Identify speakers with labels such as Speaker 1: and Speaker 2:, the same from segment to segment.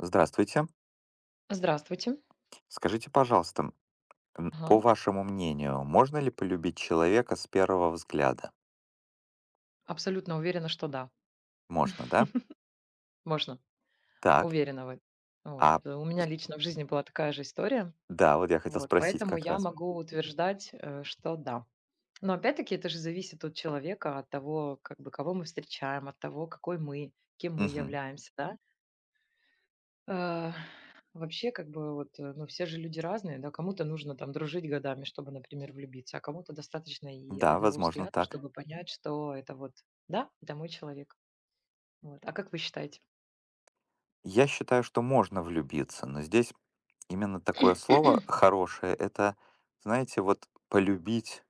Speaker 1: Здравствуйте.
Speaker 2: Здравствуйте.
Speaker 1: Скажите, пожалуйста, по
Speaker 2: Ага.
Speaker 1: вашему мнению, можно ли полюбить человека с первого взгляда?
Speaker 2: Абсолютно уверена, что да,
Speaker 1: Можно, да?
Speaker 2: можно.
Speaker 1: Так.
Speaker 2: Уверена в этом. Вот.
Speaker 1: А,
Speaker 2: У меня лично в жизни была такая же история.
Speaker 1: да, вот я хотел
Speaker 2: Вот,
Speaker 1: спросить
Speaker 2: поэтому
Speaker 1: как
Speaker 2: я
Speaker 1: раз.
Speaker 2: могу утверждать, что да. Но опять-таки это же зависит от человека, от того, как бы кого мы встречаем, от того, какой мы, кем мы
Speaker 1: Мгм.
Speaker 2: являемся, да. Э, Вообще, как бы вот, ну, все же люди разные, да, кому-то нужно там дружить годами, чтобы, например, влюбиться, а кому-то достаточно и
Speaker 1: Да,
Speaker 2: одного
Speaker 1: возможно,
Speaker 2: взгляда,
Speaker 1: так.
Speaker 2: чтобы понять, что это вот, да, это мой человек. Вот. А как вы считаете?
Speaker 1: Я считаю, что можно влюбиться, но здесь именно такое слово хорошее, это, знаете, вот полюбить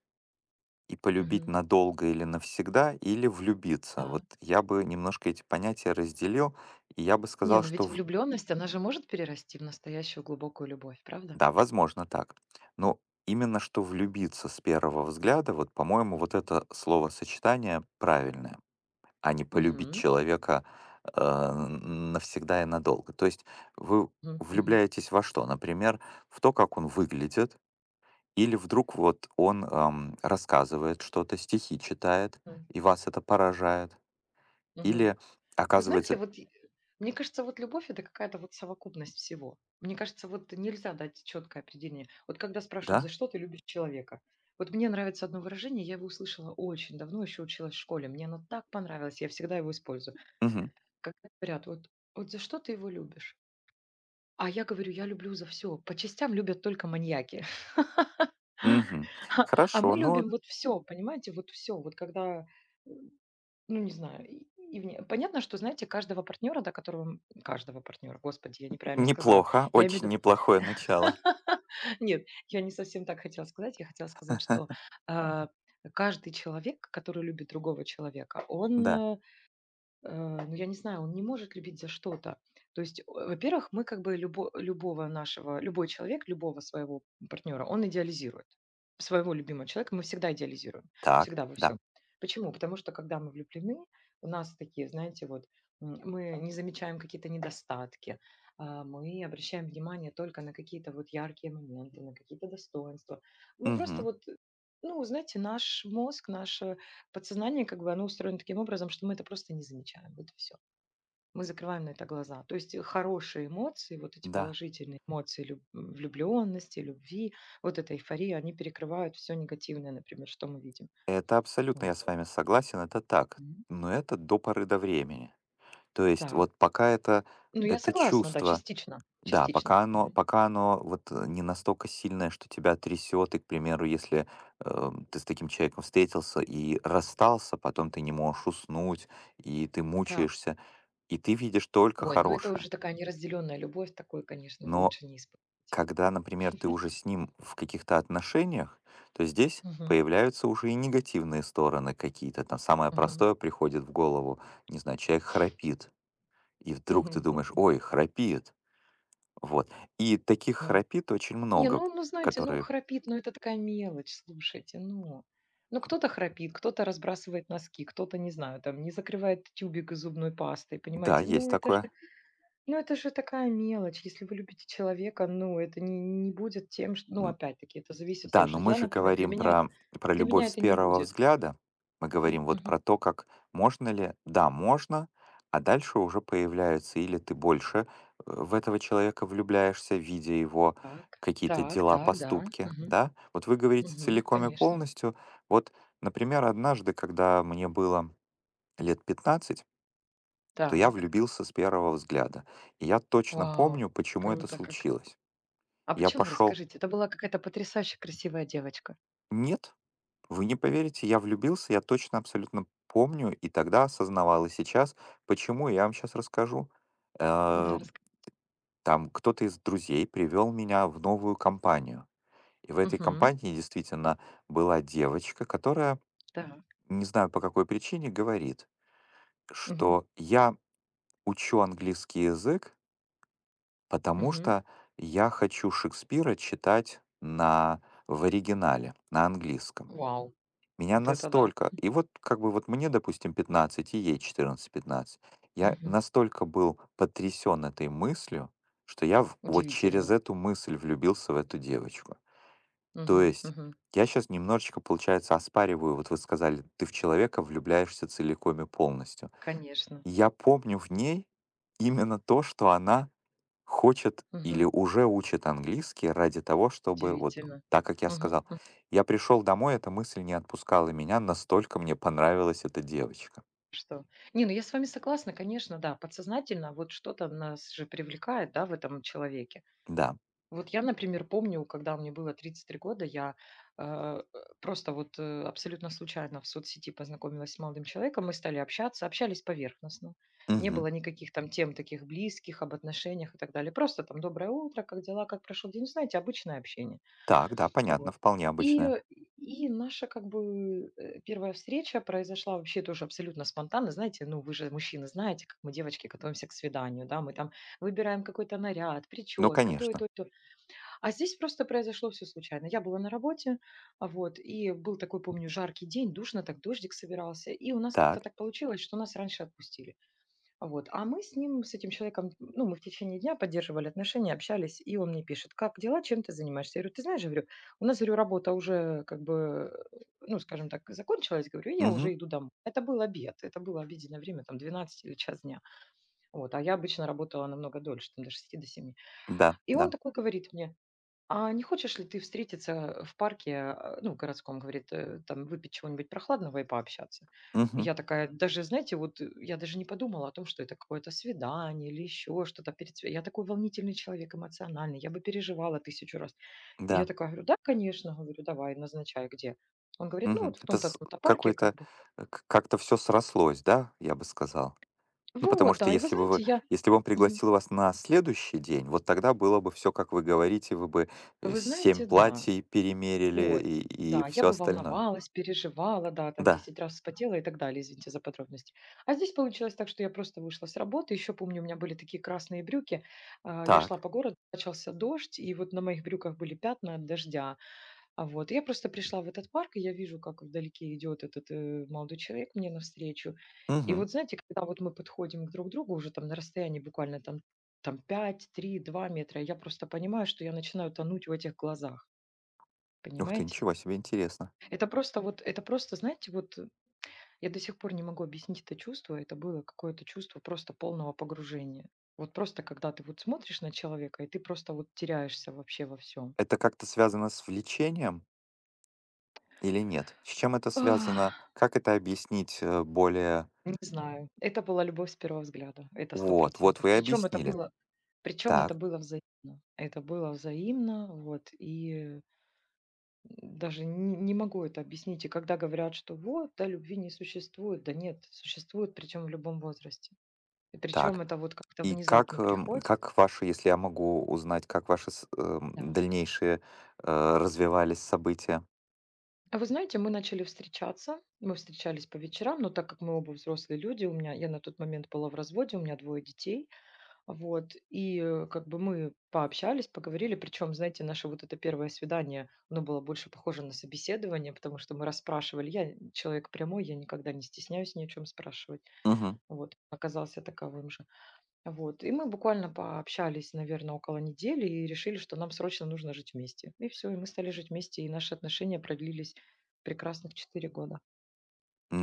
Speaker 1: и полюбить
Speaker 2: Мгм.
Speaker 1: надолго или навсегда, или влюбиться. Вот
Speaker 2: Так.
Speaker 1: я бы немножко эти понятия разделил, и я бы
Speaker 2: Не,
Speaker 1: сказал,
Speaker 2: ну ведь
Speaker 1: что
Speaker 2: влюбленность, она же может перерасти в настоящую глубокую любовь, правда?
Speaker 1: да, возможно, так. Но именно что влюбиться с первого взгляда, вот, по-моему, вот это словосочетание правильное, а не полюбить
Speaker 2: Мгм.
Speaker 1: человека э, навсегда и надолго. То есть вы
Speaker 2: Мгм. Мгм.
Speaker 1: влюбляетесь во что? Например, в то, как он выглядит, или вдруг вот он рассказывает что-то, стихи читает,
Speaker 2: М.
Speaker 1: и вас это поражает,
Speaker 2: Мгм.
Speaker 1: или
Speaker 2: Вы знаете,
Speaker 1: оказывается,
Speaker 2: вот мне кажется, вот любовь это какая-то вот совокупность всего. Мне кажется, вот нельзя дать четкое определение. Вот когда спрашивают,
Speaker 1: да?
Speaker 2: за что ты любишь человека? Вот мне нравится одно выражение, я его услышала очень давно, еще училась в школе. Мне оно так понравилось, я всегда его использую.
Speaker 1: Мгм.
Speaker 2: Когда говорят, вот, вот за что ты его любишь? А я говорю, я люблю за все. По частям любят только маньяки.
Speaker 1: Мгм.
Speaker 2: А
Speaker 1: Хорошо,
Speaker 2: мы
Speaker 1: ну
Speaker 2: любим вот все, понимаете, вот все. Вот когда, м, ну, не знаю, и вне понятно, что, знаете, каждого партнера, до которого каждого партнера, господи, я неправильно сказала.
Speaker 1: неплохо,
Speaker 2: Я имею в
Speaker 1: очень
Speaker 2: виду
Speaker 1: неплохое начало.
Speaker 2: Нет, я не совсем так хотела сказать. Я хотела сказать, что, а, каждый человек, который любит другого человека, он,
Speaker 1: Да.
Speaker 2: Э, ну, я не знаю, он не может любить за что-то. То есть, во-первых, мы как бы любо любого нашего любой человек, любого своего партнера, он идеализирует. Своего любимого человека мы всегда идеализируем,
Speaker 1: Так,
Speaker 2: всегда во
Speaker 1: да.
Speaker 2: всем. Почему? Потому что, когда мы влюблены, у нас такие, знаете, вот мы не замечаем какие-то недостатки, а, мы обращаем внимание только на какие-то вот яркие моменты, на какие-то достоинства. Мы просто
Speaker 1: Мгм.
Speaker 2: вот, ну, знаете, наш мозг, наш подсознание, как бы, оно устроено таким образом, что мы это просто не замечаем. Вот и все. Мы закрываем на это глаза. То есть, хорошие эмоции, вот эти
Speaker 1: Да,
Speaker 2: положительные эмоции влюбленности, любви, вот эта эйфория, они перекрывают всё негативное, например, что мы видим.
Speaker 1: это абсолютно
Speaker 2: Вот.
Speaker 1: я с вами согласен, это так.
Speaker 2: Мгм.
Speaker 1: Но это до поры до времени. То есть
Speaker 2: Так.
Speaker 1: вот пока это,
Speaker 2: Ну, я
Speaker 1: это
Speaker 2: согласна, да,
Speaker 1: чувство,
Speaker 2: частично,
Speaker 1: да,
Speaker 2: частично.
Speaker 1: пока оно,
Speaker 2: Мгм.
Speaker 1: пока оно вот не настолько сильное, что тебя трясет, и, к примеру, если ты с таким человеком встретился и расстался, потом ты не можешь уснуть, и ты
Speaker 2: Так.
Speaker 1: мучаешься, и ты видишь только
Speaker 2: Ой, ну это
Speaker 1: хорошее.
Speaker 2: уже такая неразделенная любовь, такой, конечно,
Speaker 1: Но
Speaker 2: лучше не испытывать.
Speaker 1: когда, например, ты уже с ним в каких-то отношениях, то здесь
Speaker 2: Мгм.
Speaker 1: появляются уже и негативные стороны какие-то. Там самое
Speaker 2: Мгм.
Speaker 1: простое приходит в голову, не знаю, человек храпит, и вдруг ты
Speaker 2: Мгм. М.
Speaker 1: думаешь, ой, храпит. Вот. И таких
Speaker 2: А.
Speaker 1: храпит очень
Speaker 2: Не,
Speaker 1: много,
Speaker 2: ну ну, знаете, ну,
Speaker 1: которые,
Speaker 2: храпит, ну, это такая мелочь, слушайте, ну. Ну, кто-то храпит, кто-то разбрасывает носки, кто-то, не знаю, там, не закрывает тюбик зубной пастой,
Speaker 1: да,
Speaker 2: понимаете?
Speaker 1: есть такое.
Speaker 2: Ну, это же такая мелочь. Если вы любите человека, ну, это не, не будет тем, что... Ну,
Speaker 1: М,
Speaker 2: опять-таки, это зависит
Speaker 1: Да, но
Speaker 2: тоже.
Speaker 1: мы
Speaker 2: Я,
Speaker 1: же
Speaker 2: например,
Speaker 1: говорим про
Speaker 2: для
Speaker 1: любовь
Speaker 2: меня
Speaker 1: с
Speaker 2: это не
Speaker 1: первого
Speaker 2: будет.
Speaker 1: взгляда. Мы
Speaker 2: М,
Speaker 1: говорим вот
Speaker 2: мгм.
Speaker 1: про то, как можно ли... Да, можно, а дальше уже появляются или ты больше в этого человека влюбляешься, видя его
Speaker 2: Так,
Speaker 1: какие-то
Speaker 2: так,
Speaker 1: дела,
Speaker 2: так, да.
Speaker 1: поступки,
Speaker 2: Мгм,
Speaker 1: да? Вот вы говорите
Speaker 2: мгм,
Speaker 1: целиком и
Speaker 2: конечно.
Speaker 1: полностью. Вот, например, однажды, когда мне было лет 15, то я
Speaker 2: Так,
Speaker 1: влюбился с первого взгляда. И я точно
Speaker 2: вау,
Speaker 1: помню, почему это
Speaker 2: круто как.
Speaker 1: случилось.
Speaker 2: А
Speaker 1: Я
Speaker 2: почему,
Speaker 1: пошел...
Speaker 2: расскажите, это была какая-то потрясающе красивая девочка?
Speaker 1: Нет, вы не поверите, я влюбился, я точно абсолютно помню, и тогда осознавал, и сейчас. Почему, я вам сейчас расскажу. Э,
Speaker 2: Да, раска
Speaker 1: Там кто-то из друзей привел меня в новую компанию. И в этой
Speaker 2: Мгм.
Speaker 1: компании действительно была девочка, которая,
Speaker 2: Так. Мгм.
Speaker 1: не знаю по какой причине, говорит,
Speaker 2: Мгм.
Speaker 1: что я учу английский язык, потому что я хочу Шекспира читать в оригинале, на английском.
Speaker 2: Вау,
Speaker 1: Меня
Speaker 2: вот это да.
Speaker 1: настолько и вот как бы вот мне, допустим, 15, и ей 14 15. Я
Speaker 2: Мгм.
Speaker 1: настолько был потрясен этой мыслью, что я в вот через
Speaker 2: Удивительно.
Speaker 1: эту мысль влюбился в эту девочку. То
Speaker 2: Мгм.
Speaker 1: есть
Speaker 2: Мгм.
Speaker 1: я сейчас немножечко, получается, оспариваю, вот вы сказали, ты в человека влюбляешься целиком и полностью.
Speaker 2: Конечно.
Speaker 1: И я помню в ней именно то, что она хочет
Speaker 2: Мгм.
Speaker 1: или уже учит английский ради того, чтобы вот
Speaker 2: Удивительно.
Speaker 1: так, как я
Speaker 2: Мгм.
Speaker 1: сказал.
Speaker 2: М.
Speaker 1: Я пришел домой, эта мысль не отпускала меня, настолько мне понравилась эта девочка.
Speaker 2: Что? Не, ну я с вами согласна, конечно, да, подсознательно вот что-то нас же привлекает, да, в этом человеке.
Speaker 1: Да.
Speaker 2: Вот я, например, помню, когда мне было 33 года, я, э, просто вот, абсолютно случайно в соцсети познакомилась с молодым человеком. Мы стали общаться, общались поверхностно. Не
Speaker 1: Мгм.
Speaker 2: было никаких там тем таких близких, об отношениях и так далее. Просто там доброе утро, как дела, как прошел день, знаете, обычное общение.
Speaker 1: Так, да, понятно,
Speaker 2: Вот.
Speaker 1: вполне
Speaker 2: И,
Speaker 1: обычная.
Speaker 2: э, и наша как бы первая встреча произошла вообще тоже абсолютно спонтанно. Знаете, ну вы же мужчины знаете, как мы девочки готовимся к свиданию, да, мы там выбираем какой-то наряд,
Speaker 1: Ну,
Speaker 2: прическа, то и
Speaker 1: конечно.
Speaker 2: то, и то. А здесь просто произошло все случайно. Я была на работе, вот, и был такой, помню, жаркий день, душно, так дождик собирался. И у нас как-то
Speaker 1: Так.
Speaker 2: так получилось, что нас раньше отпустили. А. Вот. А мы с ним, с этим человеком, ну, мы в течение дня поддерживали отношения, общались, и он мне пишет: "Как дела? Чем ты занимаешься?" Я говорю: "Ты знаешь, говорю, у нас, говорю, работа уже как бы, ну, скажем так, закончилась, говорю, и я
Speaker 1: Мгм.
Speaker 2: уже иду домой". Это был обед, это было обеденное время, там 12 или час дня. Вот. А я обычно работала намного дольше, там до 6, до 7.
Speaker 1: Да,
Speaker 2: И он
Speaker 1: да.
Speaker 2: такой говорит мне: а не хочешь ли ты встретиться в парке, а, ну, городском, говорит, там выпить чего-нибудь прохладного и пообщаться? И
Speaker 1: Мгм.
Speaker 2: я такая, даже, знаете, вот я даже не подумала о том, что это какое-то свидание или еще что-то Я такой волнительный человек, эмоциональный, я бы переживала тысячу раз. И я
Speaker 1: Да.
Speaker 2: такая говорю, да, конечно, говорю, давай, назначай, где. Он говорит, ну,
Speaker 1: Мгм.
Speaker 2: вот в
Speaker 1: Это
Speaker 2: том-то, том-то парке, как
Speaker 1: какой-то
Speaker 2: бы.
Speaker 1: как-то все срослось, да, я бы сказал. Ну, потому
Speaker 2: Вот,
Speaker 1: что
Speaker 2: да, и вы знаете, я...
Speaker 1: если бы он
Speaker 2: Мгм.
Speaker 1: пригласил вас на следующий день, вот тогда было бы все, как вы говорите, вы бы,
Speaker 2: Вы
Speaker 1: 7
Speaker 2: знаете, да,
Speaker 1: платьей перемерили
Speaker 2: вот,
Speaker 1: и
Speaker 2: да, я
Speaker 1: все
Speaker 2: бы
Speaker 1: остальное.
Speaker 2: волновалась, переживала, да, там
Speaker 1: Да,
Speaker 2: 10 раз вспотела и так далее, извините за подробности. А здесь получилось так, что я просто вышла с работы, еще помню, у меня были такие красные брюки, я шла
Speaker 1: так.
Speaker 2: по городу, начался дождь, и вот на моих брюках были пятна от дождя, а вот я просто пришла в этот парк, и я вижу, как вдалеке идет этот молодой человек мне навстречу, и
Speaker 1: Мгм.
Speaker 2: вот знаете, когда вот мы подходим друг к друг другу уже там на расстоянии буквально там 5, 3, 2 метра, я просто понимаю, что я начинаю тонуть в этих глазах,
Speaker 1: Ух ты,
Speaker 2: понимаете?
Speaker 1: ничего себе, интересно.
Speaker 2: Это просто вот, это просто, знаете, вот я до сих пор не могу объяснить это чувство. Это было какое-то чувство просто полного погружения. Вот просто когда ты вот смотришь на человека, и ты просто вот теряешься вообще во всем.
Speaker 1: Это как-то связано с влечением или нет? С чем это
Speaker 2: Ах,
Speaker 1: связано? Как это объяснить, более...
Speaker 2: не знаю. Это была любовь с первого взгляда. Это сто
Speaker 1: Вот, вот
Speaker 2: процентов.
Speaker 1: вы и
Speaker 2: Причем это
Speaker 1: объяснили.
Speaker 2: было, причем это
Speaker 1: Так,
Speaker 2: было взаимно. Это было взаимно, вот. Даже не могу это объяснить. И когда говорят, что вот, да, любви не существует, да нет, существует, причем в любом возрасте. И
Speaker 1: так.
Speaker 2: причем это вот как-то
Speaker 1: И
Speaker 2: внезапно приходит.
Speaker 1: как ваши, если я могу узнать, как ваши с
Speaker 2: Да.
Speaker 1: дальнейшие, развивались события?
Speaker 2: А вы знаете, мы начали встречаться, мы встречались по вечерам, но так как мы оба взрослые люди, у меня, я на тот момент была в разводе, у меня двое детей, вот, и как бы мы пообщались, поговорили, причем, знаете, наше вот это первое свидание, оно было больше похоже на собеседование, потому что мы расспрашивали, я человек прямой, я никогда не стесняюсь ни о чем спрашивать,
Speaker 1: Мгм.
Speaker 2: вот, оказался таковым же. Вот, и мы буквально пообщались, наверное, около недели и решили, что нам срочно нужно жить вместе. И все и мы стали жить вместе, и наши отношения продлились прекрасных 4 года.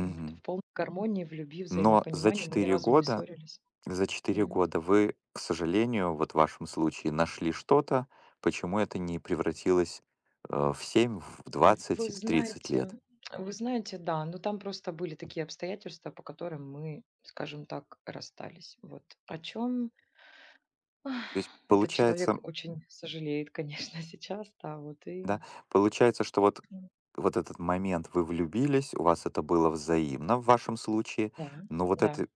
Speaker 2: Вот. В полной гармонии, в любви,
Speaker 1: Но за
Speaker 2: взаимопонимании мы ни
Speaker 1: четыре
Speaker 2: разу не
Speaker 1: года,
Speaker 2: ссорились.
Speaker 1: за четыре
Speaker 2: Мгм.
Speaker 1: года вы, к сожалению, вот в вашем случае нашли что-то, почему это не превратилось в 7, в 20,
Speaker 2: Вы
Speaker 1: и в 30
Speaker 2: знаете
Speaker 1: лет.
Speaker 2: вы знаете, да, но там просто были такие обстоятельства, по которым мы, скажем так, расстались. Вот. О чем?
Speaker 1: То есть
Speaker 2: Этот
Speaker 1: получается,
Speaker 2: человек очень сожалеет, конечно, сейчас, да, вот и
Speaker 1: да, получается, что вот,
Speaker 2: м,
Speaker 1: вот этот момент вы влюбились, у вас это было взаимно в вашем случае,
Speaker 2: да,
Speaker 1: но вот
Speaker 2: да.
Speaker 1: это,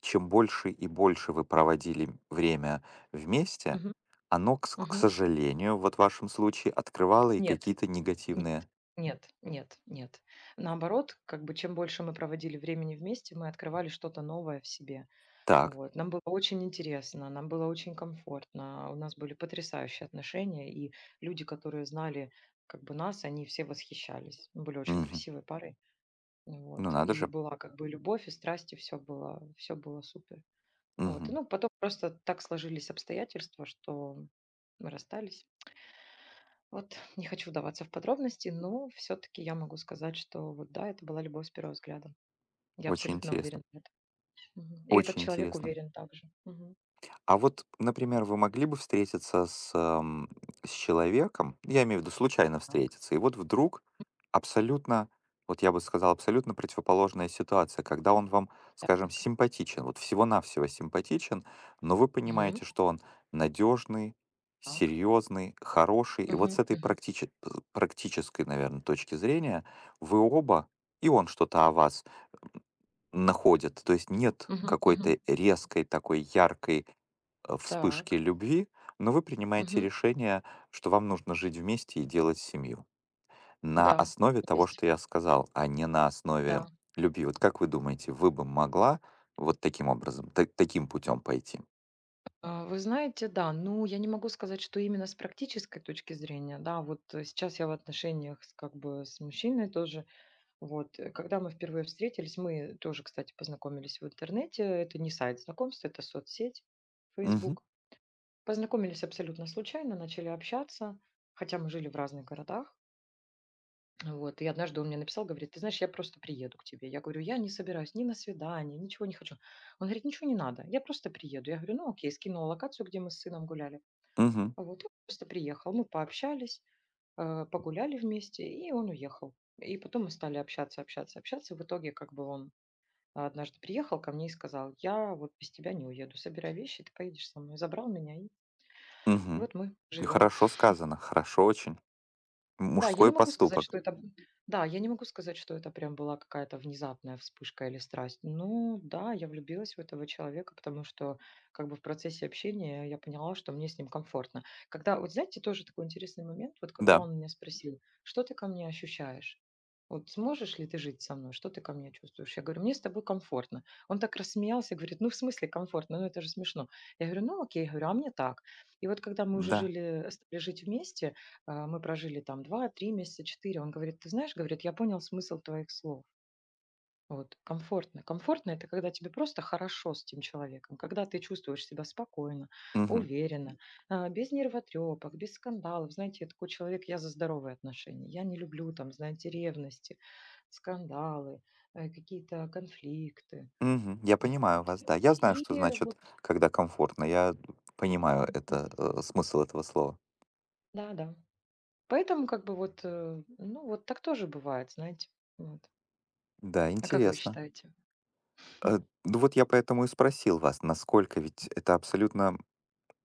Speaker 1: чем больше и больше вы проводили время вместе,
Speaker 2: Мгм,
Speaker 1: оно, к
Speaker 2: мгм.
Speaker 1: сожалению, вот в вашем случае открывало и
Speaker 2: Нет,
Speaker 1: какие-то
Speaker 2: Н
Speaker 1: негативные.
Speaker 2: нет, нет, нет. Наоборот, как бы чем больше мы проводили времени вместе, мы открывали что-то новое в себе.
Speaker 1: Так.
Speaker 2: Вот. Нам было очень интересно, нам было очень комфортно, у нас были потрясающие отношения, и люди, которые знали как бы нас, они все восхищались. Мы были очень
Speaker 1: Мгм.
Speaker 2: красивой парой.
Speaker 1: Ну
Speaker 2: Вот.
Speaker 1: надо
Speaker 2: И
Speaker 1: же.
Speaker 2: была как бы любовь и страсть, и все было супер. Вот. И,
Speaker 1: Мгм.
Speaker 2: ну, потом просто так сложились обстоятельства, что мы расстались. Вот не хочу вдаваться в подробности, но все-таки я могу сказать, что вот да, это была любовь с первого взгляда. Я
Speaker 1: Очень
Speaker 2: абсолютно
Speaker 1: интересно.
Speaker 2: уверена в этом. Мгм. И этот
Speaker 1: Очень
Speaker 2: человек
Speaker 1: интересно.
Speaker 2: уверен также. Мгм.
Speaker 1: А вот, например, вы могли бы встретиться с человеком, я имею в виду случайно
Speaker 2: Так.
Speaker 1: встретиться, и вот вдруг абсолютно, вот я бы сказал, абсолютно противоположная ситуация, когда он вам, скажем,
Speaker 2: Так.
Speaker 1: симпатичен, вот всего-навсего симпатичен, но вы
Speaker 2: Мгм.
Speaker 1: понимаете, что он надежный,
Speaker 2: Так.
Speaker 1: серьезный, хороший, и вот
Speaker 2: Мгм.
Speaker 1: с этой
Speaker 2: Мгм.
Speaker 1: практической, наверное, точки зрения вы оба, и он что-то о вас находит, то есть нет
Speaker 2: Мгм.
Speaker 1: какой-то
Speaker 2: Мгм.
Speaker 1: резкой такой яркой вспышки
Speaker 2: Так.
Speaker 1: любви, но вы принимаете
Speaker 2: Мгм.
Speaker 1: решение, что вам нужно жить вместе и делать семью. На
Speaker 2: Да,
Speaker 1: основе того,
Speaker 2: есть.
Speaker 1: что я сказал, а не на основе
Speaker 2: Да.
Speaker 1: любви. Вот как вы думаете, вы бы могла вот таким образом, таким путем пойти?
Speaker 2: Вы знаете, да, ну я не могу сказать, что именно с практической точки зрения, да, вот сейчас я в отношениях с, как бы с мужчиной тоже, вот, когда мы впервые встретились, мы тоже, кстати, познакомились в интернете. Это не сайт знакомств, это соцсеть,
Speaker 1: Угу,
Speaker 2: Facebook. Познакомились абсолютно случайно, начали общаться, хотя мы жили в разных городах. Вот, и однажды он мне написал, говорит, ты знаешь, я просто приеду к тебе. Я говорю, я не собираюсь ни на свидание, ничего не хочу. Он говорит, ничего не надо, я просто приеду. Я говорю, ну окей, скинула локацию, где мы с сыном гуляли.
Speaker 1: угу,
Speaker 2: А. Вот, он просто приехал, мы пообщались, погуляли вместе, и он уехал. И потом мы стали общаться, общаться, общаться. В итоге как бы он однажды приехал ко мне и сказал: "Я вот без тебя не уеду. Собирай вещи, ты поедешь со мной". Забрал меня, и
Speaker 1: угу.
Speaker 2: вот мы живем.
Speaker 1: Хорошо сказано, хорошо очень.
Speaker 2: Да, я
Speaker 1: Мужской
Speaker 2: не могу сказать,
Speaker 1: поступок.
Speaker 2: что это да, я не могу сказать, что это прям была какая-то внезапная вспышка или страсть. Ну да, я влюбилась в этого человека, потому что как бы в процессе общения я поняла, что мне с ним комфортно. Когда, вот знаете, тоже такой интересный момент, вот когда
Speaker 1: Да,
Speaker 2: он меня спросил, что ты ко мне ощущаешь? Вот сможешь ли ты жить со мной? Что ты ко мне чувствуешь? Я говорю, мне с тобой комфортно. Он так рассмеялся, говорит, ну в смысле комфортно? Ну это же смешно. Я говорю, ну окей, говорю, а мне так. И вот когда мы уже
Speaker 1: да.
Speaker 2: жили, стали жить вместе, мы прожили там 2, 3 месяца, 4. Он говорит: "Ты знаешь, говорит, я понял смысл твоих слов". Вот, комфортно. Комфортно - это когда тебе просто хорошо с тем человеком, когда ты чувствуешь себя спокойно,
Speaker 1: Угу,
Speaker 2: уверенно, без нервотрепок, без скандалов. Знаете, я такой человек, я за здоровые отношения. Я не люблю там, знаете, ревности, скандалы, какие-то конфликты.
Speaker 1: угу. Я понимаю
Speaker 2: Вот.
Speaker 1: вас, да. Я знаю,
Speaker 2: И
Speaker 1: что значит,
Speaker 2: вот
Speaker 1: когда комфортно. Я понимаю
Speaker 2: мгм.
Speaker 1: это, смысл этого слова.
Speaker 2: Да-да. Поэтому как бы вот, ну, вот так тоже бывает, знаете. Вот.
Speaker 1: Да,
Speaker 2: А как вы
Speaker 1: интересно.
Speaker 2: считаете?
Speaker 1: Э, ну вот я поэтому и спросил вас, насколько ведь это абсолютно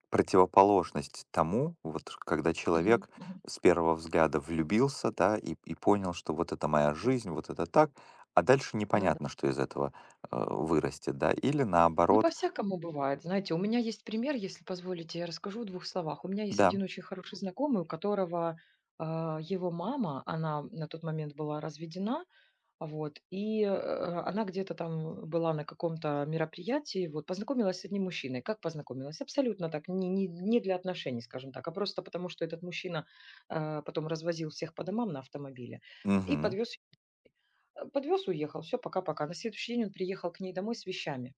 Speaker 1: противоположность тому, вот когда
Speaker 2: Мгм,
Speaker 1: человек
Speaker 2: мгм.
Speaker 1: с первого взгляда влюбился, да, и понял, что вот это моя жизнь, вот это так, а дальше
Speaker 2: Ну да.
Speaker 1: непонятно, что из этого вырастет, да, или
Speaker 2: Ну,
Speaker 1: наоборот,
Speaker 2: по-всякому бывает. Знаете, у меня есть пример, если позволите, я расскажу в двух словах. У меня есть
Speaker 1: да,
Speaker 2: один очень хороший знакомый, у которого, его мама, она на тот момент была разведена, а вот, и, она где-то там была на каком-то мероприятии, вот, познакомилась с одним мужчиной. Как познакомилась? Абсолютно так, не не не для отношений, скажем так, а просто потому, что этот мужчина, потом развозил всех по домам на автомобиле и
Speaker 1: угу,
Speaker 2: подвез. Подвёз, уехал. Все, пока-пока. На следующий день он приехал к ней домой с вещами.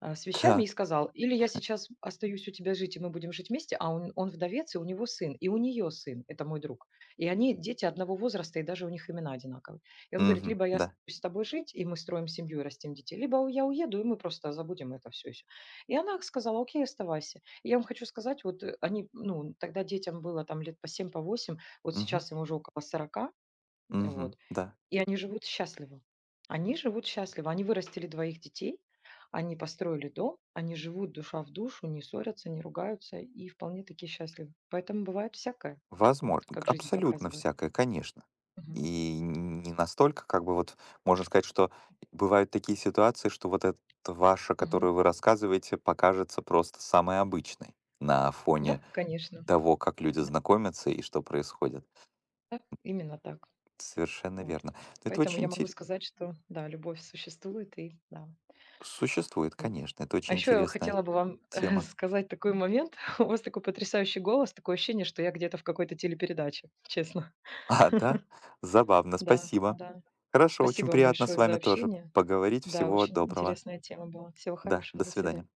Speaker 2: А, с вещами и
Speaker 1: так,
Speaker 2: сказал: "Или я сейчас остаюсь у тебя жить, и мы будем жить вместе". А он вдовец, и у него сын, и у нее сын. Это мой друг. И они дети одного возраста, и даже у них имена одинаковые. И он говорит:
Speaker 1: угу,
Speaker 2: "Либо я
Speaker 1: да,
Speaker 2: остаюсь с тобой жить, и мы строим семью и растим детей, либо у я уеду, и мы просто забудем это всё еще". И она сказала: "Окей, оставайся". И я вам хочу сказать, вот, они, ну, тогда детям было там лет по 7, по 8, вот
Speaker 1: угу,
Speaker 2: сейчас им уже около 40,
Speaker 1: угу,
Speaker 2: вот.
Speaker 1: да.
Speaker 2: И они живут счастливо. Они живут счастливо. Они вырастили двоих детей, они построили дом, они живут душа в душу, не ссорятся, не ругаются и вполне таки счастливы. Поэтому бывает всякое, вот
Speaker 1: Возможно,
Speaker 2: как жизнь
Speaker 1: абсолютно
Speaker 2: показывает.
Speaker 1: всякое, конечно.
Speaker 2: Мгм.
Speaker 1: И не настолько, как бы вот, можно сказать, что бывают такие ситуации, что вот эта ваша,
Speaker 2: Мгм.
Speaker 1: которую вы рассказываете, покажется просто самой обычной на
Speaker 2: Да,
Speaker 1: фоне
Speaker 2: конечно.
Speaker 1: того, как люди знакомятся и что происходит.
Speaker 2: Да, именно так.
Speaker 1: Совершенно
Speaker 2: Вот.
Speaker 1: верно. Но это
Speaker 2: Поэтому
Speaker 1: очень
Speaker 2: я могу
Speaker 1: интересно.
Speaker 2: сказать, что да, любовь существует и да,
Speaker 1: Существует,
Speaker 2: вот.
Speaker 1: конечно. Это
Speaker 2: А
Speaker 1: очень
Speaker 2: еще я
Speaker 1: интересная
Speaker 2: хотела бы вам,
Speaker 1: тема.
Speaker 2: сказать такой момент. У вас такой потрясающий голос, такое ощущение, что я где-то в какой-то телепередаче, честно.
Speaker 1: А, да? Забавно,
Speaker 2: Да,
Speaker 1: спасибо.
Speaker 2: да.
Speaker 1: Хорошо, очень
Speaker 2: Спасибо вам
Speaker 1: приятно с
Speaker 2: большое за
Speaker 1: вами тоже
Speaker 2: общение.
Speaker 1: поговорить.
Speaker 2: Да,
Speaker 1: Всего
Speaker 2: очень
Speaker 1: доброго.
Speaker 2: интересная тема была. Всего
Speaker 1: Да,
Speaker 2: хорошего,
Speaker 1: до
Speaker 2: до свидания.
Speaker 1: свидания.